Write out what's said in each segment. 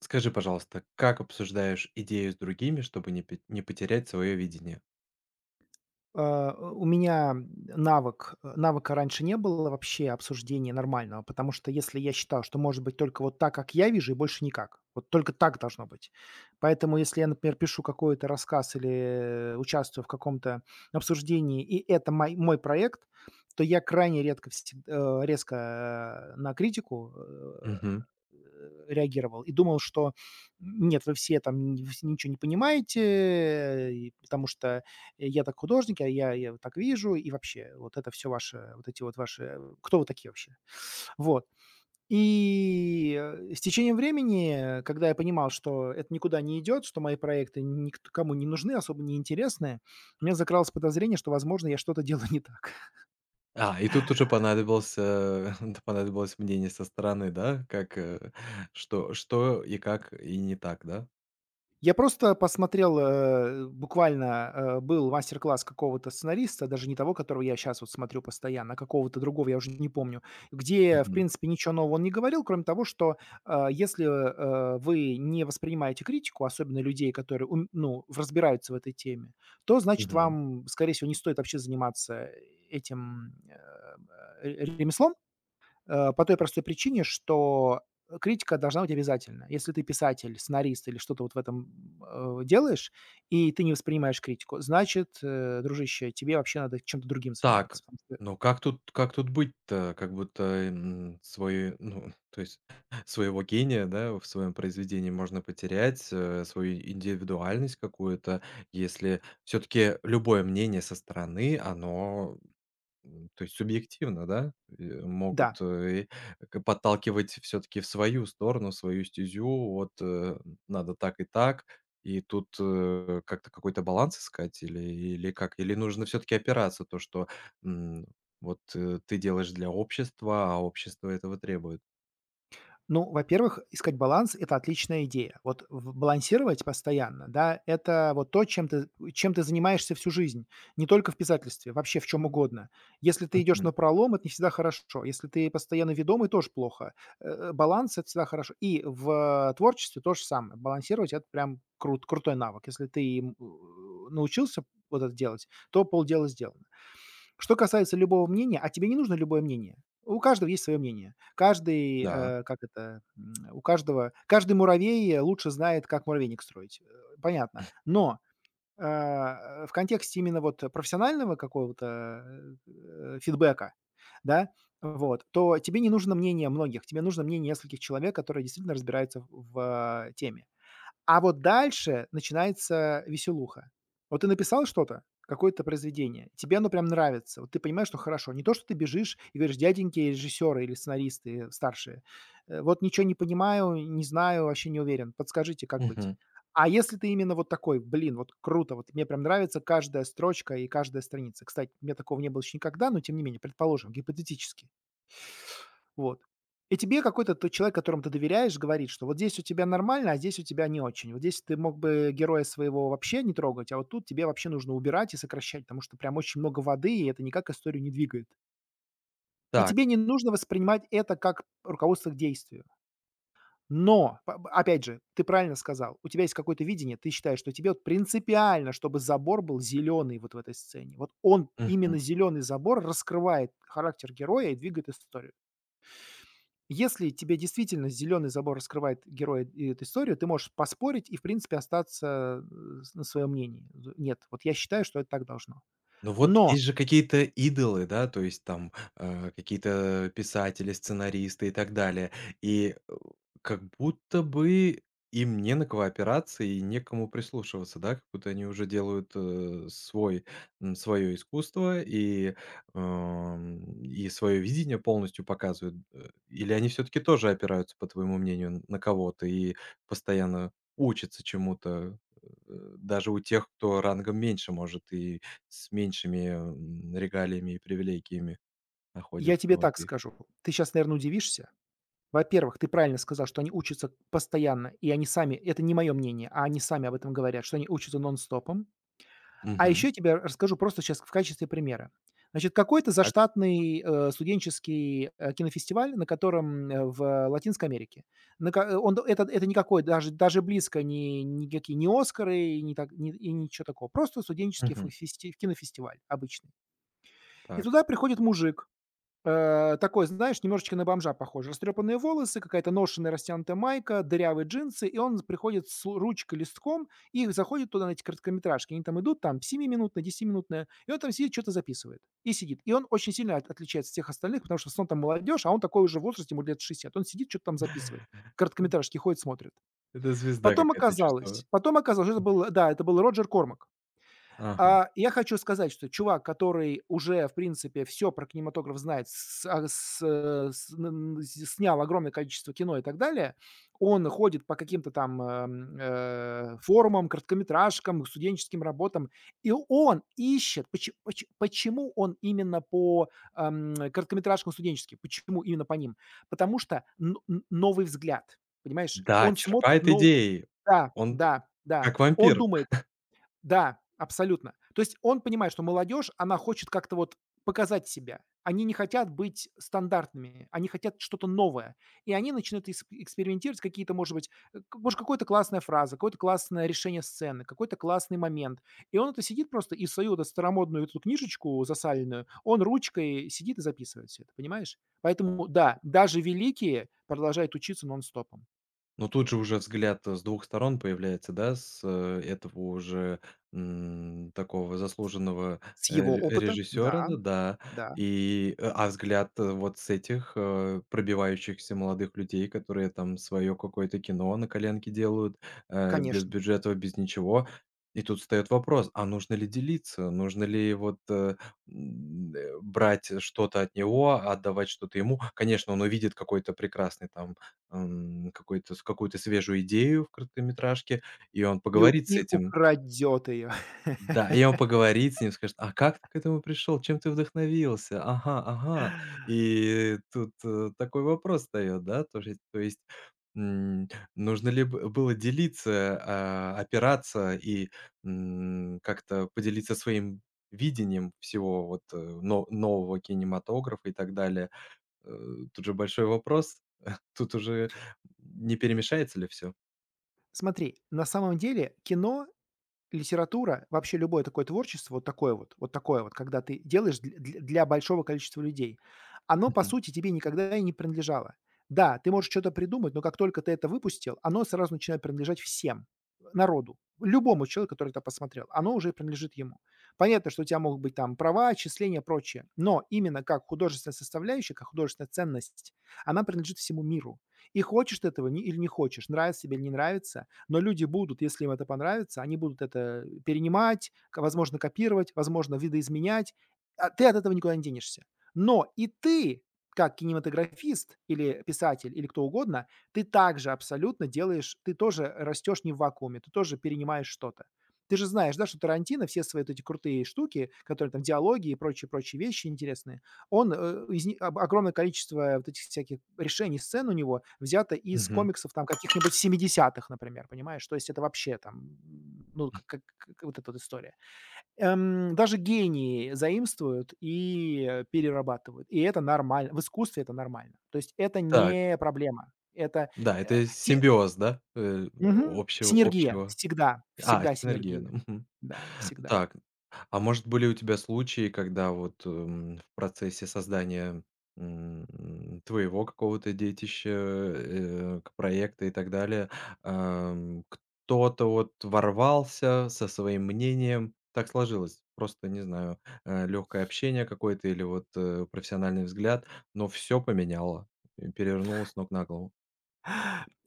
Скажи, пожалуйста, как обсуждаешь идею с другими, чтобы не потерять свое видение? У меня навык навыка раньше не было вообще обсуждения нормального, потому что если я считал, что может быть только вот так, как я вижу, и больше никак. Вот только так должно быть. Поэтому если я, например, пишу какой-то рассказ или участвую в каком-то обсуждении, и это мой проект, то я крайне редко, резко на критику Мгм. реагировал и думал, что нет, вы все там вы все ничего не понимаете, и потому что я так художник, а я вот так вижу, и вообще, вот это все ваши, вот эти вот ваши, кто вы такие вообще? Вот. С течением времени, когда я понимал, что это никуда не идет, что мои проекты никому не нужны, особо не интересны, у меня закралось подозрение, что, возможно, я что-то делаю не так. А, и тут уже понадобился да, понадобилось мнение со стороны, да? Как, что и как, и не так, да? Я просто посмотрел, буквально, был мастер-класс какого-то сценариста, даже не того, которого я сейчас вот смотрю постоянно, а какого-то другого, я уже не помню, где, в Мгм, принципе, ничего нового он не говорил, кроме того, что, если, вы не воспринимаете критику, особенно людей, которые ум ну, в разбираются в этой теме, то, значит, мгм. вам, скорее всего, не стоит вообще заниматься этим, э, ре ремеслом. По той простой причине, что, критика должна быть обязательна. Если ты писатель, сценарист или что-то вот в этом, делаешь, и ты не воспринимаешь критику, значит, дружище, тебе вообще надо чем-то другим Так, заниматься. Потому что ну как тут быть-то? Как будто, ну, то есть своего гения, да, в своем произведении можно потерять, свою индивидуальность какую-то, если все таки любое мнение со стороны, оно то есть субъективно, да? Могут, да. э, к подталкивать все таки в свою сторону, в свою стезю. Вот, надо так и так. И тут, как-то какой-то баланс искать или как? Или нужно все таки опираться то, что, м, вот, ты делаешь для общества, а общество этого требует? Ну, во-первых, искать баланс — это отличная идея. Вот в балансировать постоянно, да, это вот то, чем ты занимаешься всю жизнь. Не только в писательстве, вообще в чем угодно. Если ты идешь Мгм. на пролом, это не всегда хорошо. Если ты постоянно ведомый, тоже плохо. Баланс — это всегда хорошо. И в творчестве то же самое. Балансировать — это прям крутой навык. Если ты им, научился вот это делать, то полдела сделано. Что касается любого мнения, а тебе не нужно любое мнение. У каждого есть свое мнение. Каждый, Да. Как это, каждый муравей лучше знает, как муравейник строить. Понятно. Но, в контексте именно вот профессионального какого-то, фидбэка, да, вот, то тебе не нужно мнение многих, тебе нужно мнение нескольких человек, которые действительно разбираются в, теме. А вот дальше начинается веселуха. Вот ты написал что-то, какое-то произведение, тебе оно прям нравится, вот ты понимаешь, что хорошо. Не то, что ты бежишь и говоришь: "Дяденьки режиссеры или сценаристы старшие, вот ничего не понимаю, не знаю, вообще не уверен, подскажите, как быть?" Мгм. А если ты именно вот такой: "Блин, вот круто, вот мне прям нравится каждая строчка и каждая страница". Кстати, у меня такого не было еще никогда, но тем не менее, предположим, гипотетически. Вот. И тебе какой-то тот человек, которому ты доверяешь, говорит, что вот здесь у тебя нормально, а здесь у тебя не очень. Вот здесь ты мог бы героя своего вообще не трогать, а вот тут тебе вообще нужно убирать и сокращать, потому что прям очень много воды, и это никак историю не двигает. И Так. тебе не нужно воспринимать это как руководство к действию. Но, опять же, ты правильно сказал, у тебя есть какое-то видение, ты считаешь, что тебе вот принципиально, чтобы забор был зеленый вот в этой сцене. Вот он, именно Мгм. зеленый забор, раскрывает характер героя и двигает историю. Если тебе действительно "Зеленый забор" раскрывает героя и эту историю, ты можешь поспорить и, в принципе, остаться, э, с на своем мнении. З Нет, вот я считаю, что это так должно. Ну вот Но есть же какие-то идолы, да, то есть там, какие-то писатели, сценаристы и так далее. И, как будто бы им не на кого опираться и некому прислушиваться, да, как будто они уже делают, свой свое искусство и свое видение полностью показывают. Или они все-таки тоже опираются, по твоему мнению, на кого-то и постоянно учатся чему-то, даже у тех, кто рангом меньше, может, и с меньшими, регалиями и привилегиями я находятся тебе в так этой скажу, ты сейчас, наверное, удивишься. Во-первых, ты правильно сказал, что они учатся постоянно, и они сами, это не мое мнение, а они сами об этом говорят, что они учатся нон-стопом. А еще Мгм. я тебе расскажу просто сейчас в качестве примера. Значит, какой-то Так. заштатный, студенческий, кинофестиваль, на котором, в Латинской Америке. На ка он д- Это никакой даже даже близко не, никакие не "Оскары" и не так не и ничего такого. Просто студенческий фу Мгм. фести кинофестиваль обычный. И Так. туда приходит мужик. Такой, знаешь, немножечко на бомжа похож. Растрепанные волосы, какая-то ношеная растянутая майка, дырявые джинсы, и он приходит с ручкой, листком, и заходит туда на эти короткометражки. Они там идут, там, 7-минутная, 10-минутная, и он там сидит, что-то записывает. И сидит. И он очень сильно отличается от всех остальных, потому что сон там молодежь, а он такой уже в возрасте, ему лет 60. Он сидит, что-то там записывает. Короткометражки ходит, смотрит. Это звезда какая-то, я чувствую. Потом оказалось, что это был, да, это был Роджер Кормак. Ага. Я хочу сказать, что чувак, который уже, в принципе, все про кинематограф знает, с а, с э, с н н с- снял огромное количество кино и так далее, он ходит по каким-то там, форумам, короткометражкам, студенческим работам, и он ищет, почему он именно по, короткометражкам студенческим, почему именно по ним? Потому что н н новый взгляд, понимаешь? Да, Он смотрит черпает нов идеи. Да, Он т да, да. как Он вампир. думает Да, абсолютно. То есть он понимает, что молодежь, она хочет как-то вот показать себя. Они не хотят быть стандартными, они хотят что-то новое. И они начинают экспериментировать какие-то, может быть, может, какая-то классная фраза, какое-то классное решение сцены, какой-то классный момент. И он это сидит просто и в свою вот эту старомодную эту книжечку засаленную, он ручкой сидит и записывает все это, понимаешь? Поэтому, да, даже великие продолжают учиться нон-стопом. Но тут же уже взгляд, с двух сторон появляется, да, с, этого уже, такого заслуженного, С э, его ре опыта, да, режиссёра, д да, да, и, а взгляд, вот с этих, пробивающихся молодых людей, которые там свое какое-то кино на коленке делают, без конечно. бюджета, без ничего. И тут встаёт вопрос: а нужно ли делиться? Нужно ли вот, брать что-то от него, а отдавать что-то ему? Конечно, он увидит какой-то прекрасный там. Какой-то с какую-то свежую идею в короткометражке, и он И у поговорит с и этим. украдет ее. Да, и он поговорит с ним, скажет: "А как ты к этому пришел? Чем ты вдохновился? Ага, ага". И тут, такой вопрос встает, да, то есть, м, нужно ли бы было делиться, а, опираться и, как-то поделиться своим видением всего вот, нового кинематографа и так далее. Э, Тут же большой вопрос. Тут уже не перемешается ли все? Смотри, на самом деле литература, вообще любое такое творчество, вот такое вот, когда ты делаешь дл дл для большого количества людей, оно, по Мгм. сути, тебе никогда и не принадлежало. Да, ты можешь что то придумать, но как только ты это выпустил, оно сразу начинает принадлежать всем, народу, любому человеку, который это посмотрел. Оно уже принадлежит ему. Понятно, что у тебя могут быть там права, отчисления, прочее, но именно как художественная составляющая, как художественная ценность, она принадлежит всему миру. И хочешь ты этого не или не хочешь, нравится тебе или не нравится, но люди будут, если им это понравится, они будут это перенимать, возможно, копировать, возможно, видоизменять. А ты от этого никуда не денешься. Но и ты, как кинематографист или писатель или кто угодно, ты также абсолютно делаешь, ты тоже растешь не в вакууме, ты тоже перенимаешь что-то. Ты же знаешь, да, что Тарантино все свои вот эти крутые штуки, которые там диалоги и прочие-прочие вещи интересные, он, э, из ни об огромное количество вот этих всяких решений сцен у него взято из Мгм. комиксов там каких-нибудь семидесятых, например, понимаешь? То есть это вообще там, ну, как вот эта вот история. Даже гении заимствуют и, перерабатывают, и это нормально. В искусстве это нормально. То есть это Так, не проблема. Это, да, э, это те симбиоз, да, мгм. общего Синергия. общего Всегда, А, всегда синергия, да, синергия. мгм. Да, всегда. Так, а может, были у тебя случаи, когда вот, в процессе создания, твоего какого-то детища, э, к проекта и так далее, кто-то вот ворвался со своим мнением? Так сложилось, просто, не знаю, легкое общение какое-то или вот, профессиональный взгляд, но все поменяло, перевернуло с ног на голову.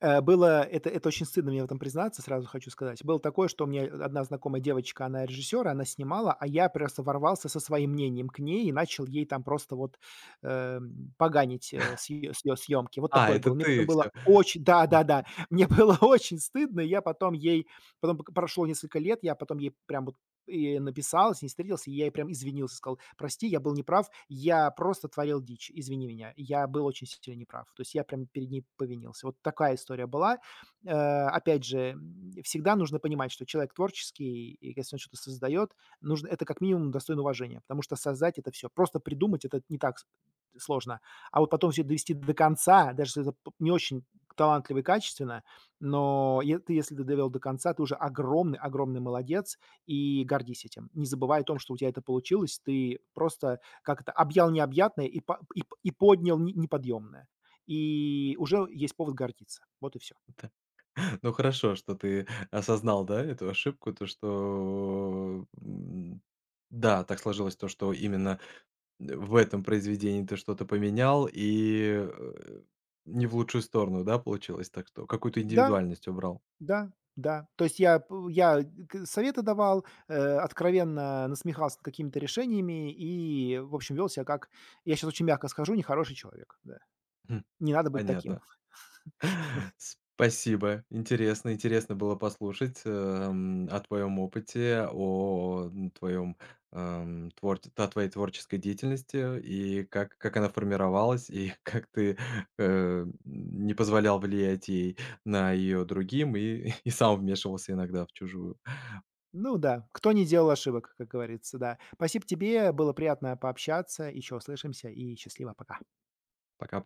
Было, это очень стыдно мне в этом признаться, сразу хочу сказать. Было такое, что у меня одна знакомая девочка, она режиссер, она снимала, а я просто ворвался со своим мнением к ней и начал ей там просто вот, поганить, с ее съемки. Вот А, такое это было. Мне потом ты было все. очень да-да-да, мне было очень стыдно. И я потом ей потом пока прошло несколько лет, я потом ей прям вот и написал, с ней встретился, и я ей прям извинился, сказал: "Прости, я был неправ, я просто творил дичь, извини меня, я был очень сильно неправ". То есть я прям перед ней повинился. Вот такая история была. Э, Опять же, всегда нужно понимать, что человек творческий, и если он что-то создает, нужно это как минимум достойно уважения, потому что создать — это все. Просто придумать — это не так с сложно. А вот потом все довести до конца, даже если это п не очень талантливо и качественно, но е ты если ты довел до конца, ты уже огромный молодец и гордись этим. Не забывай о том, что у тебя это получилось. Ты просто как это объял необъятное и, поднял неподъемное. И уже есть повод гордиться. Вот и все. Ну хорошо, что ты осознал, да, эту ошибку, то что, да, так сложилось то, что именно в этом произведении ты что-то поменял и, не в лучшую сторону, да, получилось так, что какую-то Да, индивидуальность убрал. да, да. То есть я, советы давал, откровенно насмехался над какими-то решениями и, в общем, вел себя как, я сейчас очень мягко скажу, нехороший человек. Да. Хм, Не надо быть таким. понятно. Спасибо. Интересно, интересно было послушать, о твоем опыте, о твоей творческой деятельности и как она формировалась, и как ты, не позволял влиять ей на ее другим и и сам вмешивался иногда в чужую. Ну да, кто не делал ошибок, как говорится, да. Спасибо тебе, было приятно пообщаться. Еще услышимся и счастливо, пока. Пока.